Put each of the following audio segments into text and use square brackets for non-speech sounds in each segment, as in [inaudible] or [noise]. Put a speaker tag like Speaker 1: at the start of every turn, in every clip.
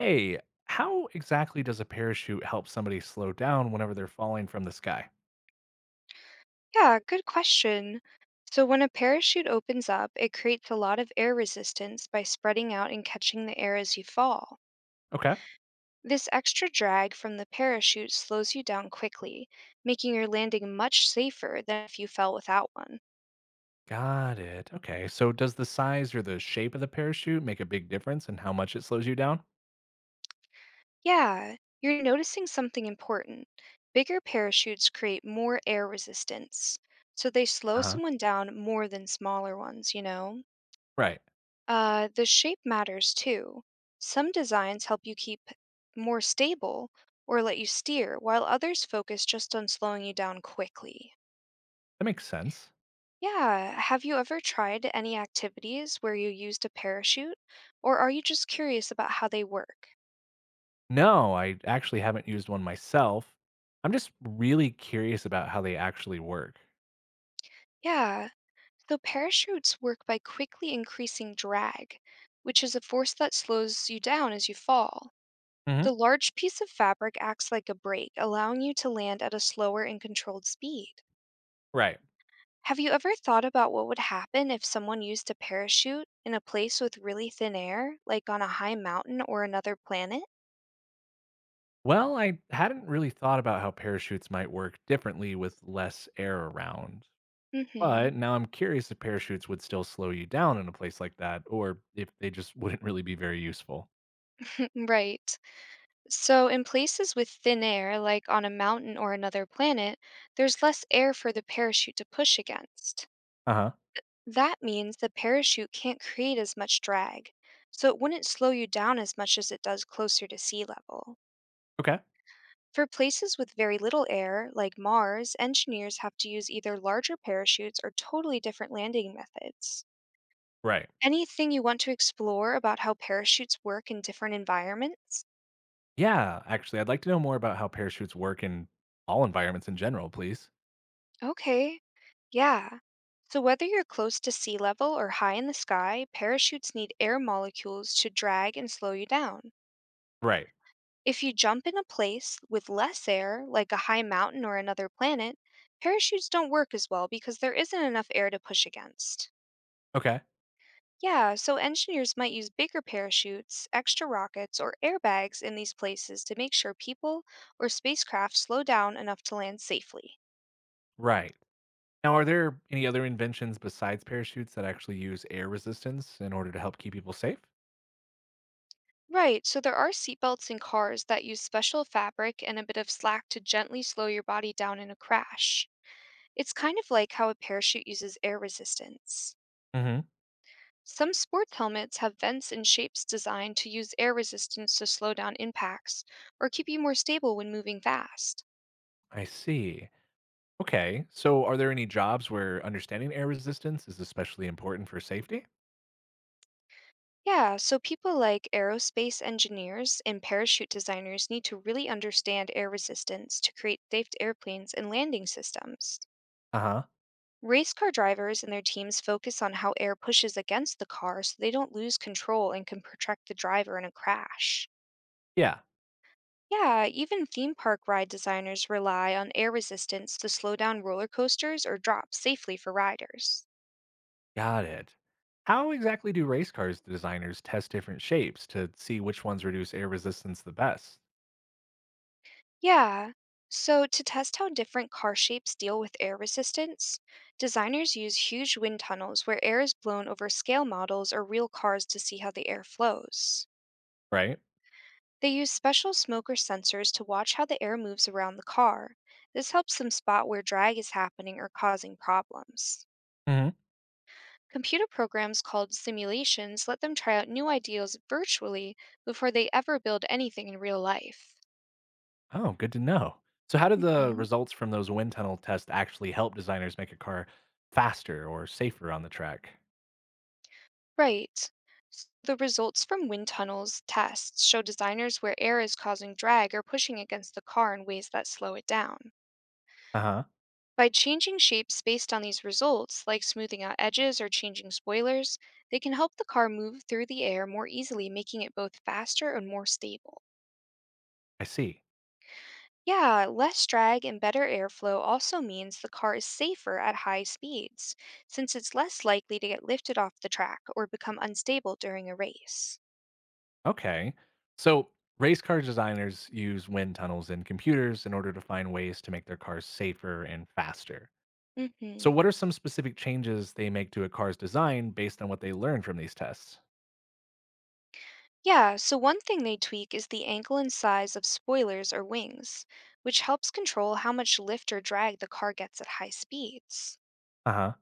Speaker 1: Hey, how exactly does a parachute help somebody slow down whenever they're falling from the sky?
Speaker 2: Yeah, good question. So, when a parachute opens up, it creates a lot of air resistance by spreading out and catching the air as you fall.
Speaker 1: Okay.
Speaker 2: This extra drag from the parachute slows you down quickly, making your landing much safer than if you fell without one.
Speaker 1: Got it. Okay. So does the size or the shape of the parachute make a big difference in how much it slows you down?
Speaker 2: Yeah, you're noticing something important. Bigger parachutes create more air resistance, so they slow
Speaker 1: Uh-huh.
Speaker 2: someone down more than smaller ones, you know?
Speaker 1: Right.
Speaker 2: The shape matters too. Some designs help you keep more stable or let you steer, while others focus just on slowing you down quickly.
Speaker 1: That makes sense.
Speaker 2: Yeah, have you ever tried any activities where you used a parachute, or are you just curious about how they work?
Speaker 1: No, I actually haven't used one myself. I'm just really curious about how they actually work.
Speaker 2: Yeah, so parachutes work by quickly increasing drag, which is a force that slows you down as you fall. The
Speaker 1: Hmm.
Speaker 2: large piece of fabric acts like a brake, allowing you to land at a slower and controlled speed.
Speaker 1: Right.
Speaker 2: Have you ever thought about what would happen if someone used a parachute in a place with really thin air, like on a high mountain or another planet?
Speaker 1: Well, I hadn't really thought about how parachutes might work differently with less air around. But
Speaker 2: Mhm.
Speaker 1: now I'm curious if parachutes would still slow you down in a place like that, or if they just [laughs] wouldn't really be very useful.
Speaker 2: [laughs] Right. So, in places with thin air, like on a mountain or another planet, there's less air for the parachute to push against.
Speaker 1: Uh huh.
Speaker 2: That means the parachute can't create as much drag, so it wouldn't slow you down as much as it does closer to sea level.
Speaker 1: Okay.
Speaker 2: For places with very little air, like Mars, engineers have to use either larger parachutes or totally different landing methods.
Speaker 1: Right.
Speaker 2: Anything you want to explore about how parachutes work in different environments?
Speaker 1: Yeah. Actually, I'd like to know more about how parachutes work in all environments in general, please.
Speaker 2: Okay, yeah. So, whether you're close to sea level or high in the sky, parachutes need air molecules to drag and slow you down.
Speaker 1: Right.
Speaker 2: If you jump in a place with less air, like a high mountain or another planet, parachutes don't work as well because there isn't enough air to push against.
Speaker 1: Okay.
Speaker 2: Yeah, so engineers might use bigger parachutes, extra rockets, or airbags in these places to make sure people or spacecraft slow down enough to land safely.
Speaker 1: Right. Now, are there any other inventions besides parachutes that actually use air resistance in order to help keep people safe?
Speaker 2: Right, so there are seatbelts in cars that use special fabric and a bit of slack to gently slow your body down in a crash. It's kind of like how a parachute uses air resistance.
Speaker 1: Mm hmm.
Speaker 2: Some sports helmets have vents and shapes designed to use air resistance to slow down impacts or keep you more stable when moving fast.
Speaker 1: I see. Okay. So, are there any jobs where understanding air resistance is especially important for safety?
Speaker 2: Yeah, so people like aerospace engineers and parachute designers need to really understand air resistance to create safe airplanes and landing systems.
Speaker 1: Uh huh.
Speaker 2: Race car drivers and their teams focus on how air pushes against the car so they don't lose control and can protect the driver in a crash.
Speaker 1: Yeah.
Speaker 2: Yeah, even theme park ride designers rely on air resistance to slow down roller coasters or drop safely for riders.
Speaker 1: Got it. How exactly do race cars designers test different shapes to see which ones reduce air resistance the best?
Speaker 2: Yeah. So, to test how different car shapes deal with air resistance, designers use huge wind tunnels where air is blown over scale models or real cars to see how the air flows.
Speaker 1: Right?
Speaker 2: They use special smoke or sensors to watch how the air moves around the car. This helps them spot where drag is happening or causing problems.
Speaker 1: Hmm.
Speaker 2: Computer programs called simulations let them try out new ideas virtually before they ever build anything in real life.
Speaker 1: Oh, good to know. So, how did the
Speaker 2: Mhm.
Speaker 1: results from those wind tunnel tests actually help designers make a car faster or safer on the track?
Speaker 2: Right. The results from wind tunnels tests show designers where air is causing drag or pushing against the car in ways that slow it down.
Speaker 1: Uh huh.
Speaker 2: By changing shapes based on these results, like smoothing out edges or changing spoilers, they can help the car move through the air more easily, making it both faster and more stable.
Speaker 1: I see.
Speaker 2: Yeah, less drag and better airflow also means the car is safer at high speeds, since it's less likely to get lifted off the track or become unstable during a race.
Speaker 1: Okay. So, race car designers use wind tunnels in computers in order to find ways to make their cars safer and faster.
Speaker 2: Hmm.
Speaker 1: So, what are some specific changes they make to a car's design based on what they learn from these tests?
Speaker 2: Yeah, so one thing they tweak is the angle and size of spoilers or wings, which helps control how much lift or drag the car gets at high speeds.
Speaker 1: Uh huh.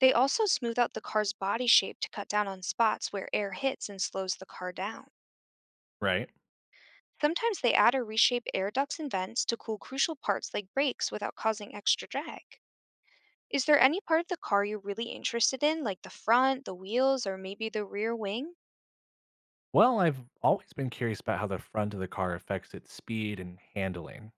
Speaker 2: They also smooth out the car's body shape to cut down on spots where air hits and slows the car down.
Speaker 1: Right.
Speaker 2: Sometimes they add or reshape air ducts and vents to cool crucial parts like brakes without causing extra drag. Is there any part of the car you're really interested in, like the front, the wheels, or maybe the rear wing?
Speaker 1: Well, I've always been curious about how the front of the car affects its speed and handling.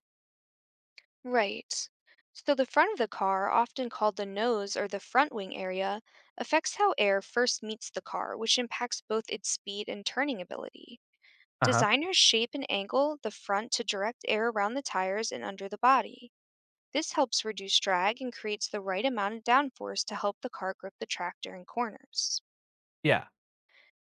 Speaker 2: Right. So the front of the car, often called the nose or the front wing area, affects how air first meets the car, which impacts both its speed and turning ability.
Speaker 1: Uh huh.
Speaker 2: Designers shape and angle the front to direct air around the tires and under the body. This helps reduce drag and creates the right amount of downforce to help the car grip the track during corners.
Speaker 1: Yeah.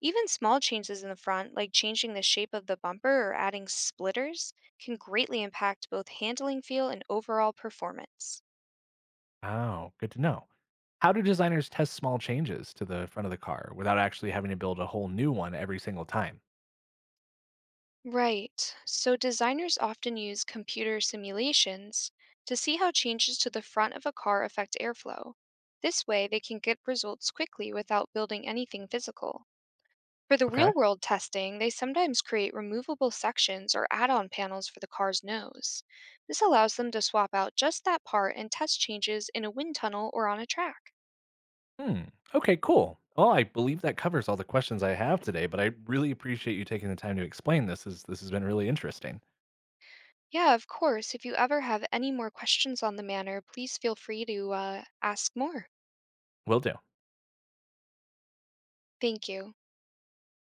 Speaker 2: Even small changes in the front, like changing the shape of the bumper or adding splitters, can greatly impact both handling feel and overall performance.
Speaker 1: Oh, good to know. How do designers test small changes to the front of the car without actually having to build a whole new one every single time?
Speaker 2: Right. So designers often use computer simulations to see how changes to the front of a car affect airflow. This way, they can get results quickly without building anything physical. For the real
Speaker 1: Okay.
Speaker 2: world testing, they sometimes create removable sections or add on panels for the car's nose. This allows them to swap out just that part and test changes in a wind tunnel or on a track.
Speaker 1: Hmm. Okay, cool. Well, I believe that covers all the questions I have today, but I really appreciate you taking the time to explain this. Is this has been really interesting.
Speaker 2: Yeah, of course. If you ever have any more questions on the manor, please feel free to ask more.
Speaker 1: Will do.
Speaker 2: Thank you.